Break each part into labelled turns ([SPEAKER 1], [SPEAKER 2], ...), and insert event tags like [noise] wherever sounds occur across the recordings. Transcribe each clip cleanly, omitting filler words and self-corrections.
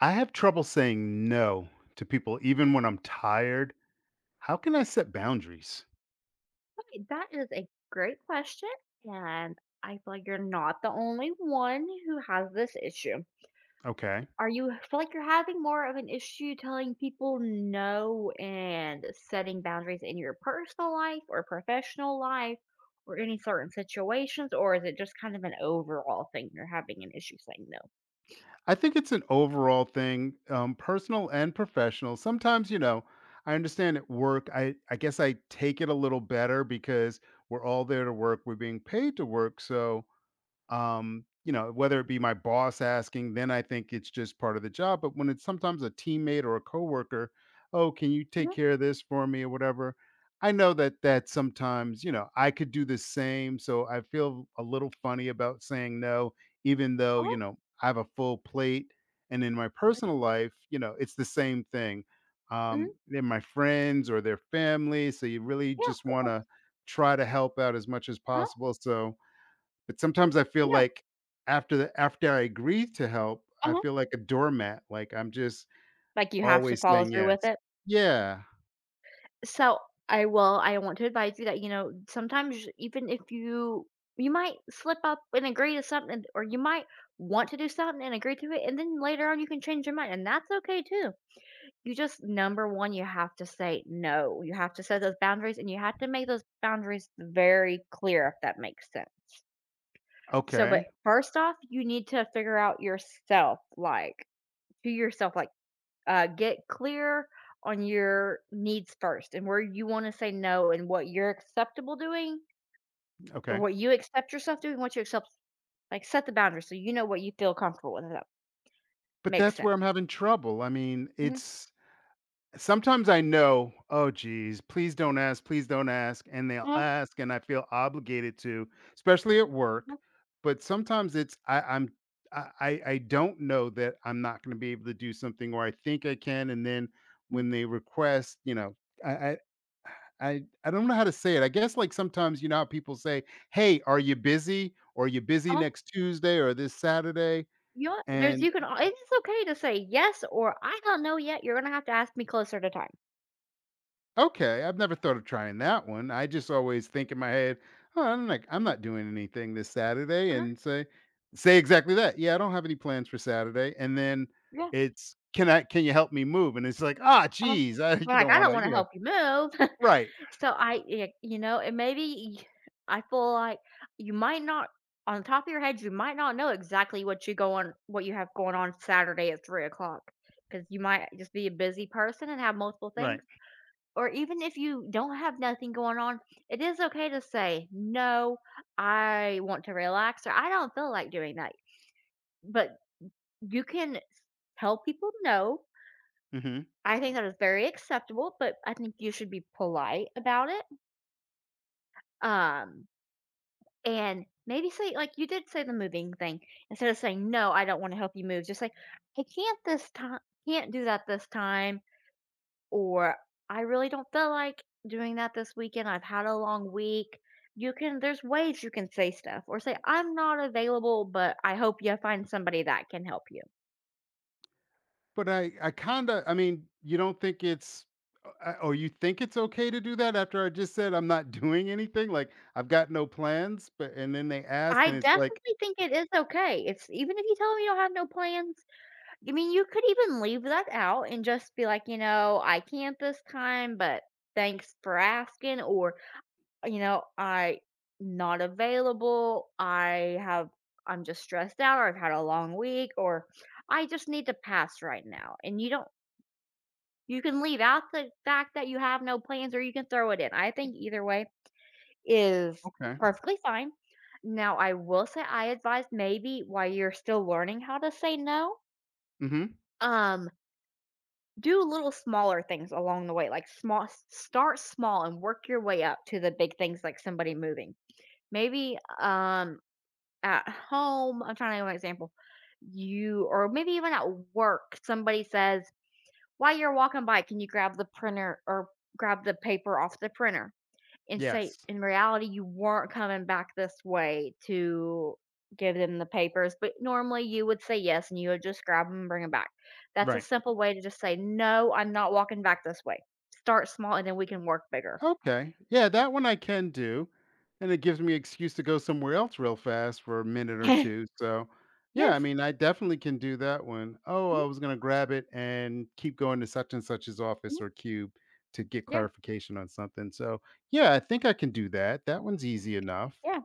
[SPEAKER 1] I have trouble saying no to people even when I'm tired. How can I set boundaries?
[SPEAKER 2] Right, that is a great question, and I feel like you're not the only one who has this issue.
[SPEAKER 1] Okay.
[SPEAKER 2] Are you feel like you're having more of an issue telling people no and setting boundaries in your personal life or professional life or any certain situations, or is it just kind of an overall thing you're having an issue saying no?
[SPEAKER 1] I think it's an overall thing, personal and professional. Sometimes, you know, I understand at work, I guess I take it a little better because we're all there to work. We're being paid to work. So you know, whether it be my boss asking, then I think it's just part of the job. But when it's sometimes a teammate or a coworker, oh, can you take
[SPEAKER 2] Hmm.
[SPEAKER 1] care of this for me or whatever? I know that sometimes, you know, I could do the same. So I feel a little funny about saying no, even though,
[SPEAKER 2] Uh-huh.
[SPEAKER 1] you know, I have a full plate. And in my personal life, you know, it's the same thing.
[SPEAKER 2] Hmm.
[SPEAKER 1] They're my friends or their family. So you really
[SPEAKER 2] Yeah,
[SPEAKER 1] just
[SPEAKER 2] of
[SPEAKER 1] want
[SPEAKER 2] course.
[SPEAKER 1] to try to help out as much as
[SPEAKER 2] Uh-huh.
[SPEAKER 1] possible. So, but sometimes I feel
[SPEAKER 2] Yeah.
[SPEAKER 1] like after I agree to help, I
[SPEAKER 2] Uh-huh.
[SPEAKER 1] feel like a doormat, like I'm just
[SPEAKER 2] Like you have to
[SPEAKER 1] always
[SPEAKER 2] follow
[SPEAKER 1] saying
[SPEAKER 2] through with
[SPEAKER 1] yes.
[SPEAKER 2] it.
[SPEAKER 1] Yeah.
[SPEAKER 2] So, I want to advise you that, you know, sometimes even if you might slip up and agree to something or you might want to do something and agree to it and then later on you can change your mind and that's okay too. You just number 1, you have to say no. You have to set those boundaries and you have to make those boundaries very clear if that makes sense. So, but
[SPEAKER 1] Okay.
[SPEAKER 2] first off, you need to figure out yourself like to yourself like get clear on your needs first and where you want to say no and what you're acceptable doing or
[SPEAKER 1] Okay.
[SPEAKER 2] what you accept yourself doing, what you accept, like set the boundaries so you know what you feel comfortable with. If that
[SPEAKER 1] But
[SPEAKER 2] makes
[SPEAKER 1] that's where
[SPEAKER 2] sense.
[SPEAKER 1] I'm having trouble. I mean,
[SPEAKER 2] Hmm.
[SPEAKER 1] it's sometimes I know, "Oh, geez, please don't ask," and they'll
[SPEAKER 2] Uh-huh.
[SPEAKER 1] ask, and I feel obligated to, especially at
[SPEAKER 2] Yeah.
[SPEAKER 1] work. But sometimes it's I I'm I don't know that I'm not gonna be able to do something, or I think I can, and then
[SPEAKER 2] Mhm.
[SPEAKER 1] when they request, you know, I I I don't know how to say it. I guess, like, sometimes, you know, how people say, "Hey, are you busy? Or are you busy
[SPEAKER 2] Uh-huh.
[SPEAKER 1] next Tuesday or this Saturday?"
[SPEAKER 2] You know, there's
[SPEAKER 1] And
[SPEAKER 2] It's okay to say yes or I don't know yet. You're gonna have to ask me closer to time.
[SPEAKER 1] okay, I've never thought of trying that one. I just always think in my head, oh, I'm like, I'm not doing anything this Saturday,
[SPEAKER 2] Uh-huh.
[SPEAKER 1] and say, say exactly that. Yeah, I don't have any plans for Saturday, and then
[SPEAKER 2] Yeah.
[SPEAKER 1] it's can you help me move? And it's like, ah,
[SPEAKER 2] Uh-huh.
[SPEAKER 1] geez, I [laughs] you
[SPEAKER 2] But like
[SPEAKER 1] don't
[SPEAKER 2] I
[SPEAKER 1] want
[SPEAKER 2] don't
[SPEAKER 1] to,
[SPEAKER 2] want to
[SPEAKER 1] you know,
[SPEAKER 2] help you move. [laughs]
[SPEAKER 1] right,
[SPEAKER 2] So I, y- you know, and maybe y- I feel like you might not, on top of your head, you might not know exactly what you have going on Saturday at 3 o'clock, because you might just be a busy person and have multiple things.
[SPEAKER 1] right.
[SPEAKER 2] Or even if you don't have nothing going on, it is okay to say no. I want to relax, or I don't feel like doing that. But you can tell people no.
[SPEAKER 1] hmm
[SPEAKER 2] I think that is very acceptable, but I think you should be polite about it. Um, And maybe say like you did say the moving thing, instead of saying, "No, I don't wanna help you move," just say, "I can't this time can't do that this time," or, "I really don't feel like doing that this weekend, I've had a long week." You can there's ways you can say stuff or say, "I'm not available, but I hope you find somebody that can help you."
[SPEAKER 1] But I kinda, I mean, you don't think it's or you think it's okay to do that after I just said I'm not [laughs] doing anything, like I've got no plans, but and then they ask,
[SPEAKER 2] I
[SPEAKER 1] and it's like,
[SPEAKER 2] definitely think it is okay. It's Even if you tell 'em you don't have no plans. I mean, you could even leave that out and just be like, I can't this time, but thanks for asking. Or, you know, I not available. I'm just stressed out, or I've had a long week, or I just need to pass right now. And you don't, you can leave out the fact that you have no plans, or you can throw it in. I think either way is
[SPEAKER 1] okay,
[SPEAKER 2] perfectly fine. Now, I will say I advise maybe while you're still learning how to say no.
[SPEAKER 1] hmm
[SPEAKER 2] Um, do little smaller things along the way, like start small and work your way up to the big things like somebody moving. Maybe at home, I'm trying to give an example. You or maybe even at work, somebody says, while you're walking by, can you grab the printer or grab the paper off the printer? And say
[SPEAKER 1] yes,
[SPEAKER 2] in reality you weren't coming back this way to give them the papers, but normally you would say yes and you would just grab them and bring them back. That's a
[SPEAKER 1] right.
[SPEAKER 2] simple way to just say no. I'm not walking back this way. Start small, and then we can work bigger.
[SPEAKER 1] Okay. Yeah, that one I can do. And it gives me excuse to go somewhere else real fast for a minute or two.
[SPEAKER 2] [laughs]
[SPEAKER 1] So, yeah, I
[SPEAKER 2] Yes.
[SPEAKER 1] mean, I definitely can do that one. Oh,
[SPEAKER 2] Mhm.
[SPEAKER 1] I was going to grab it and keep going to such and such's
[SPEAKER 2] Mhm.
[SPEAKER 1] office or cube to get
[SPEAKER 2] Yeah,
[SPEAKER 1] clarification on something. So, yeah, I think I can do that. That one's easy enough.
[SPEAKER 2] yeah.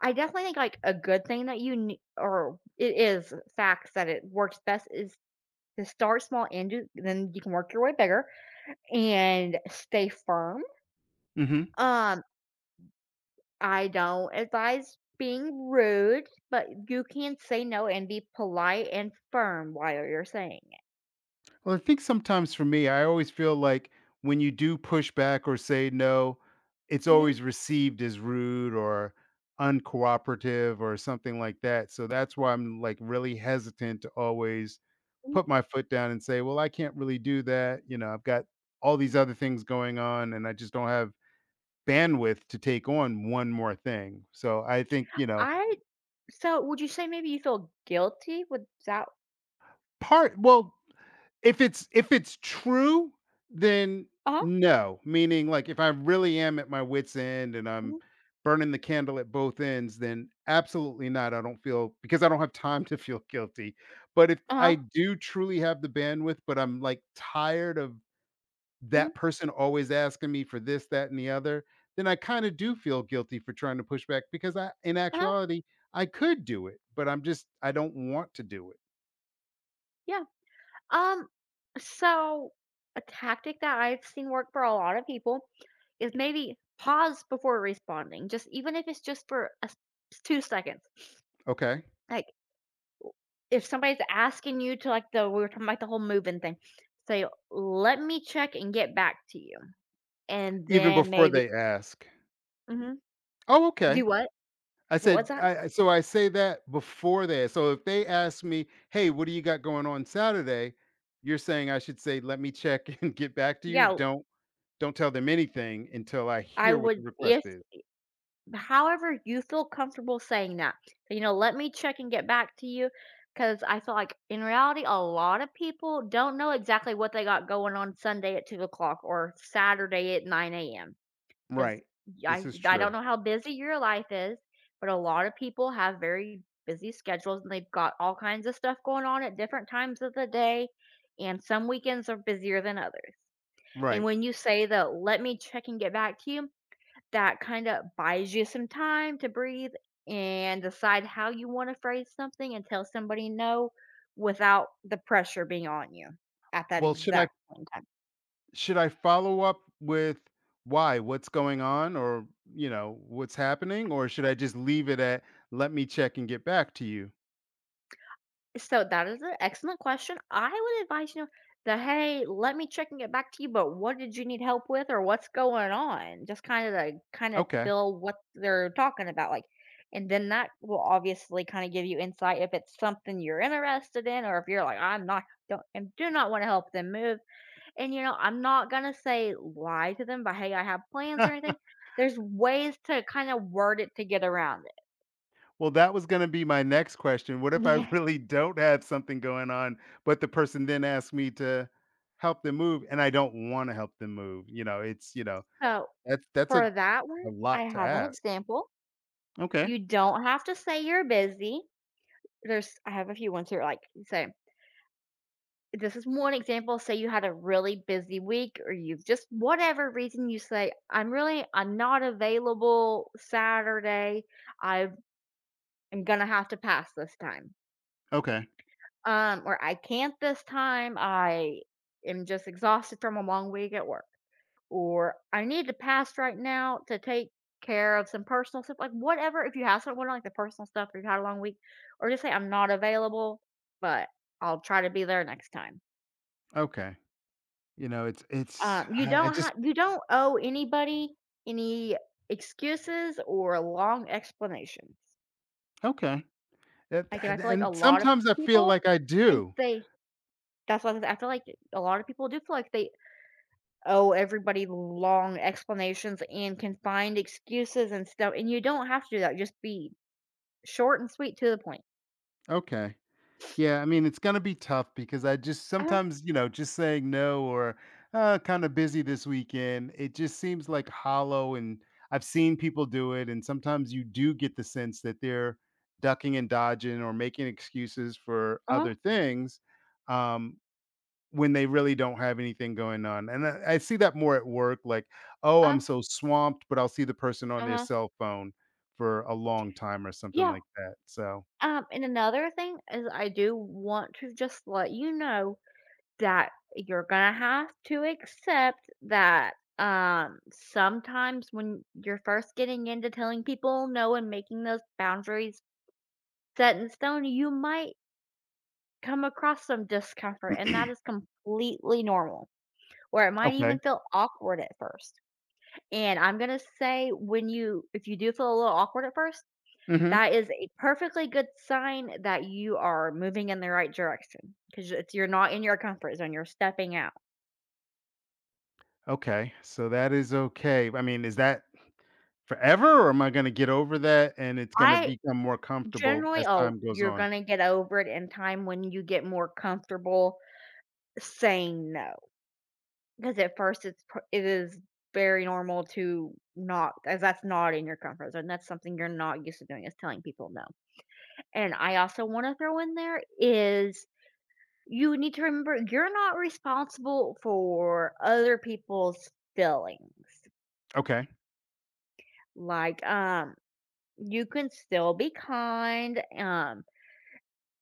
[SPEAKER 2] I definitely think like a good thing that or it is facts that it works best is to start small and do, then you can work your way bigger and stay firm.
[SPEAKER 1] Mhm.
[SPEAKER 2] um I don't advise being rude, but you can say no and be polite and firm while you're saying it.
[SPEAKER 1] Well, I think sometimes for me, I always feel like when you do push back or say no, it's
[SPEAKER 2] Mhm.
[SPEAKER 1] always received as rude or uncooperative or something like that. So that's why I'm like really hesitant to always
[SPEAKER 2] Mhm.
[SPEAKER 1] put my foot down and say, well, I can't really do that. You know, I've got all these other things going on and I just don't have bandwidth to take on one more thing. So I think, you know,
[SPEAKER 2] I so would you say maybe you feel guilty with that?
[SPEAKER 1] well, if it's true, then
[SPEAKER 2] Uh-huh.
[SPEAKER 1] no, meaning, like, if I really am at my wit's end and I'm
[SPEAKER 2] Mhm.
[SPEAKER 1] burning the candle at both ends, then absolutely not, I don't feel because I don't have time to feel guilty, but if
[SPEAKER 2] Uh-huh.
[SPEAKER 1] I do truly have the bandwidth, but I'm, like, tired of
[SPEAKER 2] Mhm.
[SPEAKER 1] that person always asking me for this, that, and the other, then I kinda do feel guilty for trying to push back because I in
[SPEAKER 2] Uh-huh.
[SPEAKER 1] actuality, I could do it, but I don't want to do it.
[SPEAKER 2] Yeah. Um, so a tactic that I've seen work for a lot of people is maybe pause before responding. Just even if it's just for 2 seconds.
[SPEAKER 1] Okay.
[SPEAKER 2] Like, if somebody's asking you to, like, the we were talking about the whole moving thing, say, "Let me check and get back to you." And
[SPEAKER 1] Even
[SPEAKER 2] then
[SPEAKER 1] before
[SPEAKER 2] maybe.
[SPEAKER 1] they ask.
[SPEAKER 2] Mhm.
[SPEAKER 1] Oh,
[SPEAKER 2] Do
[SPEAKER 1] okay.
[SPEAKER 2] what?
[SPEAKER 1] I
[SPEAKER 2] What was
[SPEAKER 1] said,
[SPEAKER 2] that?
[SPEAKER 1] so I say that before that. So if they ask me, hey, what do you got going on Saturday? You're saying I should say, let me check [laughs] and get back to you.
[SPEAKER 2] Yeah,
[SPEAKER 1] Don't tell them anything until I
[SPEAKER 2] I
[SPEAKER 1] hear what
[SPEAKER 2] would
[SPEAKER 1] the request
[SPEAKER 2] if
[SPEAKER 1] is.
[SPEAKER 2] however you feel comfortable saying that. So, you know, "Let me check and get back to you," because I feel like in reality, a lot of people don't know exactly what they got going on Sunday at 2 o'clock or Saturday at 9 AM. 'Cause
[SPEAKER 1] Right. This
[SPEAKER 2] I
[SPEAKER 1] is
[SPEAKER 2] I don't
[SPEAKER 1] true.
[SPEAKER 2] know how busy your life is, but a lot of people have very busy schedules and they've got all kinds of stuff going on at different times of the day, and some weekends are busier than others. And
[SPEAKER 1] Right.
[SPEAKER 2] when you say the "Let me check and get back to you," that kinda buys you some time to breathe and decide how you wanna phrase something and tell somebody no without the pressure being on you at that
[SPEAKER 1] Well,
[SPEAKER 2] exact point in time.
[SPEAKER 1] should I follow up with why, what's going on, or, you know, what's happening, or should I just leave it at let me check and get back to you?
[SPEAKER 2] So that is an excellent question. I would advise, you know, the hey, let me check and get back to you, but what did you need help with or what's going on? Just kind of like kind of
[SPEAKER 1] Okay.
[SPEAKER 2] feel what they're talking about. Like, and then that will obviously kind of give you insight if it's something you're interested in or if you're like, I'm not don't and do not want to help them move. And you know, I'm not gonna say lie to them, but hey, I have plans or
[SPEAKER 1] [laughs]
[SPEAKER 2] anything. There's ways to kind of word it to get around it.
[SPEAKER 1] Well, that was gonna be my next question. What
[SPEAKER 2] [laughs]
[SPEAKER 1] if I [laughs]
[SPEAKER 2] Yeah.
[SPEAKER 1] really don't have something going on, but the person then asks me to help them move and I don't wanna help them move? You know, it's you know,
[SPEAKER 2] So
[SPEAKER 1] that's
[SPEAKER 2] for that
[SPEAKER 1] a
[SPEAKER 2] one, I
[SPEAKER 1] lot to
[SPEAKER 2] have an
[SPEAKER 1] ask.
[SPEAKER 2] example.
[SPEAKER 1] Okay.
[SPEAKER 2] You don't have to say you're busy. There's I have a few ones here like you say, this is one example. Say you had a really busy week or you've just whatever reason you say, I'm not available Saturday. I am gonna have to pass this time.
[SPEAKER 1] Okay.
[SPEAKER 2] Or I can't this time. I am just exhausted from a long week at work, or I need to pass right now to take care of some personal stuff, like whatever. If you have someone like the personal stuff, or you had a long week, or just say I'm not available, but I'll try to be there next time.
[SPEAKER 1] Okay. You know, it's
[SPEAKER 2] Um, you
[SPEAKER 1] I
[SPEAKER 2] don't
[SPEAKER 1] just
[SPEAKER 2] have you don't owe anybody any excuses or long explanations.
[SPEAKER 1] okay. That
[SPEAKER 2] Again, I feel like
[SPEAKER 1] and
[SPEAKER 2] a lot of
[SPEAKER 1] sometimes I feel
[SPEAKER 2] people
[SPEAKER 1] like I
[SPEAKER 2] think
[SPEAKER 1] do.
[SPEAKER 2] they. That's why I feel like a lot of people do feel like they owe everybody long explanations and confined excuses and stuff. And you don't have to do that. Just be short and sweet to the point.
[SPEAKER 1] Okay. Yeah, I mean, it's gonna be tough because I just
[SPEAKER 2] Uh-huh.
[SPEAKER 1] sometimes, you know, just saying no or kind of busy this weekend, it just seems like hollow. And I've seen people do it, and sometimes you do get the sense that they're ducking and dodging or making excuses for
[SPEAKER 2] Uh-huh.
[SPEAKER 1] other things, um, when they really don't have anything going on. And I see that more at work, like, oh,
[SPEAKER 2] Uh-huh.
[SPEAKER 1] I'm so swamped, but I'll see the person on their
[SPEAKER 2] Uh-huh.
[SPEAKER 1] cell phone for a long time or something
[SPEAKER 2] Yeah,
[SPEAKER 1] like that. So,
[SPEAKER 2] and another thing is I do want to just let you know that you're gonna have to accept that, sometimes when you're first getting into telling people no and making those boundaries set in stone, you might come across some discomfort, and that is completely normal, or it might
[SPEAKER 1] okay.
[SPEAKER 2] even feel awkward at first, and I'm gonna say when you if you do feel a little awkward at first,
[SPEAKER 1] Hmm.
[SPEAKER 2] that is a perfectly good sign that you are moving in the right direction, 'cause it's you're not in your comfort zone, you're stepping out.
[SPEAKER 1] Okay, so that is okay. I mean, is that forever, or am I gonna get over that and it's gonna
[SPEAKER 2] I
[SPEAKER 1] become more comfortable
[SPEAKER 2] generally
[SPEAKER 1] as
[SPEAKER 2] oh,
[SPEAKER 1] time goes
[SPEAKER 2] you're
[SPEAKER 1] on?
[SPEAKER 2] gonna get over it in time when you get more comfortable saying no, because at first it is very normal to not, as that's not in your comfort zone, that's something you're not used to doing is telling people no. And I also wanna throw in there is, you need to remember you're not responsible for other people's feelings.
[SPEAKER 1] Okay,
[SPEAKER 2] Like, you can still be kind,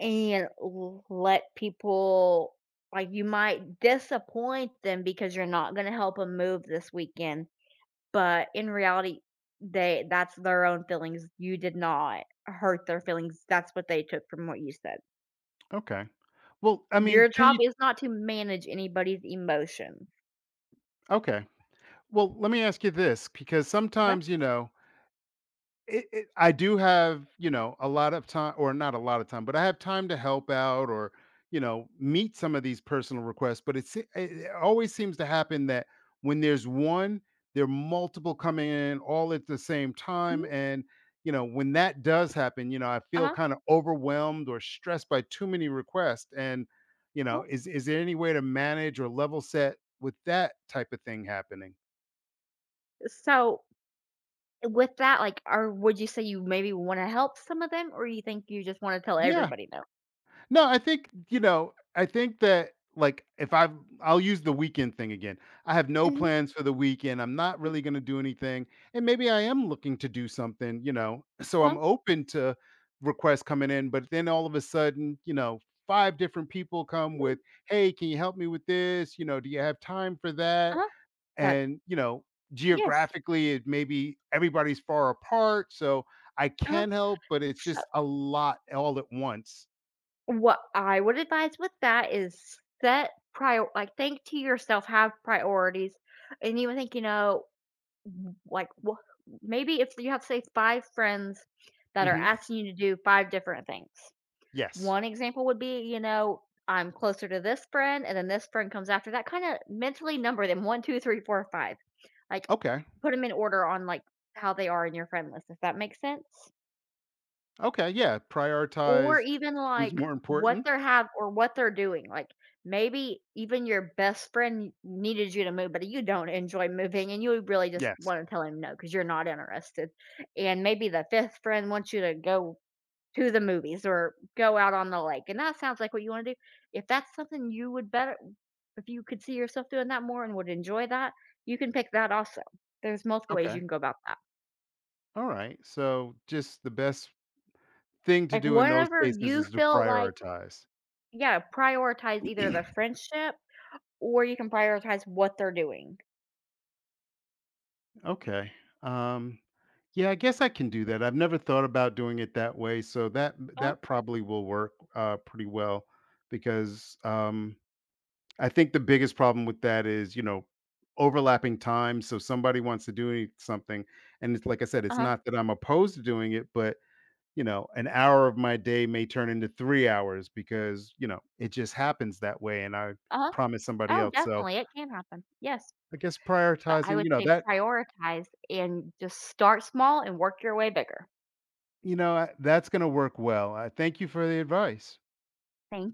[SPEAKER 2] and let people, like, you might disappoint them because you're not going to help them move this weekend, but in reality, they that's their own feelings. You did not hurt their feelings. That's what they took from what you said.
[SPEAKER 1] okay. Well, I mean,
[SPEAKER 2] Your
[SPEAKER 1] can
[SPEAKER 2] job
[SPEAKER 1] you
[SPEAKER 2] is not to manage anybody's emotions.
[SPEAKER 1] okay. Well, let me ask you this because
[SPEAKER 2] Okay?
[SPEAKER 1] sometimes, you know, I do have, you know, a lot of time, or not a lot of time, but I have time to help out or, you know, meet some of these personal requests. But it always seems to happen that when there's one, there are multiple coming in all at the same time.
[SPEAKER 2] Mhm.
[SPEAKER 1] And, you know, when that does happen, you know, I feel
[SPEAKER 2] Uh-huh.
[SPEAKER 1] kind of overwhelmed or stressed by too many requests. And, you know, is there any way to manage or level set with that type of thing happening?
[SPEAKER 2] So, with that, like, are would you say you maybe wanna help some of them, or you think you just wanna tell
[SPEAKER 1] Yeah.
[SPEAKER 2] everybody no?
[SPEAKER 1] No, I think, you know, I think that like if I've I'll use the weekend thing again. I have no
[SPEAKER 2] Mhm.
[SPEAKER 1] plans for the weekend. I'm not
[SPEAKER 2] Mm.
[SPEAKER 1] really gonna do anything. And maybe I am looking to do something, you know. So
[SPEAKER 2] Uh-huh.
[SPEAKER 1] I'm open to requests coming in, but then all of a sudden, you know, five different people come
[SPEAKER 2] Mhm.
[SPEAKER 1] with, hey, can you help me with this? You know, do you have time for that?
[SPEAKER 2] Uh-huh. That,
[SPEAKER 1] And, you know,
[SPEAKER 2] yes.
[SPEAKER 1] geographically it maybe everybody's far apart. So I
[SPEAKER 2] Uh-huh.
[SPEAKER 1] can help, but it's
[SPEAKER 2] So,
[SPEAKER 1] just a lot all at once.
[SPEAKER 2] what I would advise with that is set prior like, think to yourself, have priorities, and you would think, you know, w like, wha maybe if you have, say, 5 friends that are
[SPEAKER 1] Mhm.
[SPEAKER 2] asking you to do 5 different things.
[SPEAKER 1] Yes.
[SPEAKER 2] One example would be, you know, I'm closer to this friend, and then this friend comes after that. Kinda mentally number them one, 2, 3, 4, 5. Like,
[SPEAKER 1] Okay.
[SPEAKER 2] put them in order on, like, how they are in your friend list, if that makes sense?
[SPEAKER 1] Okay, yeah,
[SPEAKER 2] Or
[SPEAKER 1] prioritize
[SPEAKER 2] even,
[SPEAKER 1] who's
[SPEAKER 2] like,
[SPEAKER 1] more important.
[SPEAKER 2] what they're doing. Like, maybe even your best friend needed you to move, but you don't enjoy moving, and you really just
[SPEAKER 1] Yes.
[SPEAKER 2] wanna tell him no because 'cause you're not interested. And maybe the 5th friend wants you to go to the movies or go out on the lake, and that sounds like what you wanna do. If that's something you would better if you could see yourself doing that more and would enjoy that, you can pick that also. There's multiple ways you
[SPEAKER 1] Okay.
[SPEAKER 2] can go about that.
[SPEAKER 1] All right. So, just the best thing to
[SPEAKER 2] Like,
[SPEAKER 1] do in those
[SPEAKER 2] whatever
[SPEAKER 1] cases
[SPEAKER 2] you
[SPEAKER 1] is to
[SPEAKER 2] feel like,
[SPEAKER 1] prioritize.
[SPEAKER 2] yeah, prioritize either the
[SPEAKER 1] [clears throat]
[SPEAKER 2] friendship or you can prioritize what they're doing.
[SPEAKER 1] Okay. Um, yeah, I guess I can do that. I've never thought about doing it that way, so that
[SPEAKER 2] Uh-huh.
[SPEAKER 1] that probably will work, pretty well because, I think the biggest problem with that is, you know, overlapping time, so somebody wants to do something, and it's like I said, it's
[SPEAKER 2] Uh-huh.
[SPEAKER 1] not that I'm opposed to doing it, but you know, an hour of my day may turn into 3 hours because, you know, it just happens that way, and I
[SPEAKER 2] Uh-huh.
[SPEAKER 1] promise somebody
[SPEAKER 2] Oh,
[SPEAKER 1] else, so
[SPEAKER 2] definitely, it can happen. Yes,
[SPEAKER 1] I guess
[SPEAKER 2] but I
[SPEAKER 1] prioritizing,
[SPEAKER 2] would
[SPEAKER 1] you know,
[SPEAKER 2] say
[SPEAKER 1] that
[SPEAKER 2] prioritize and just start small and work your way bigger.
[SPEAKER 1] you know, I that's gonna work well. I thank you for the advice.
[SPEAKER 2] Thank you.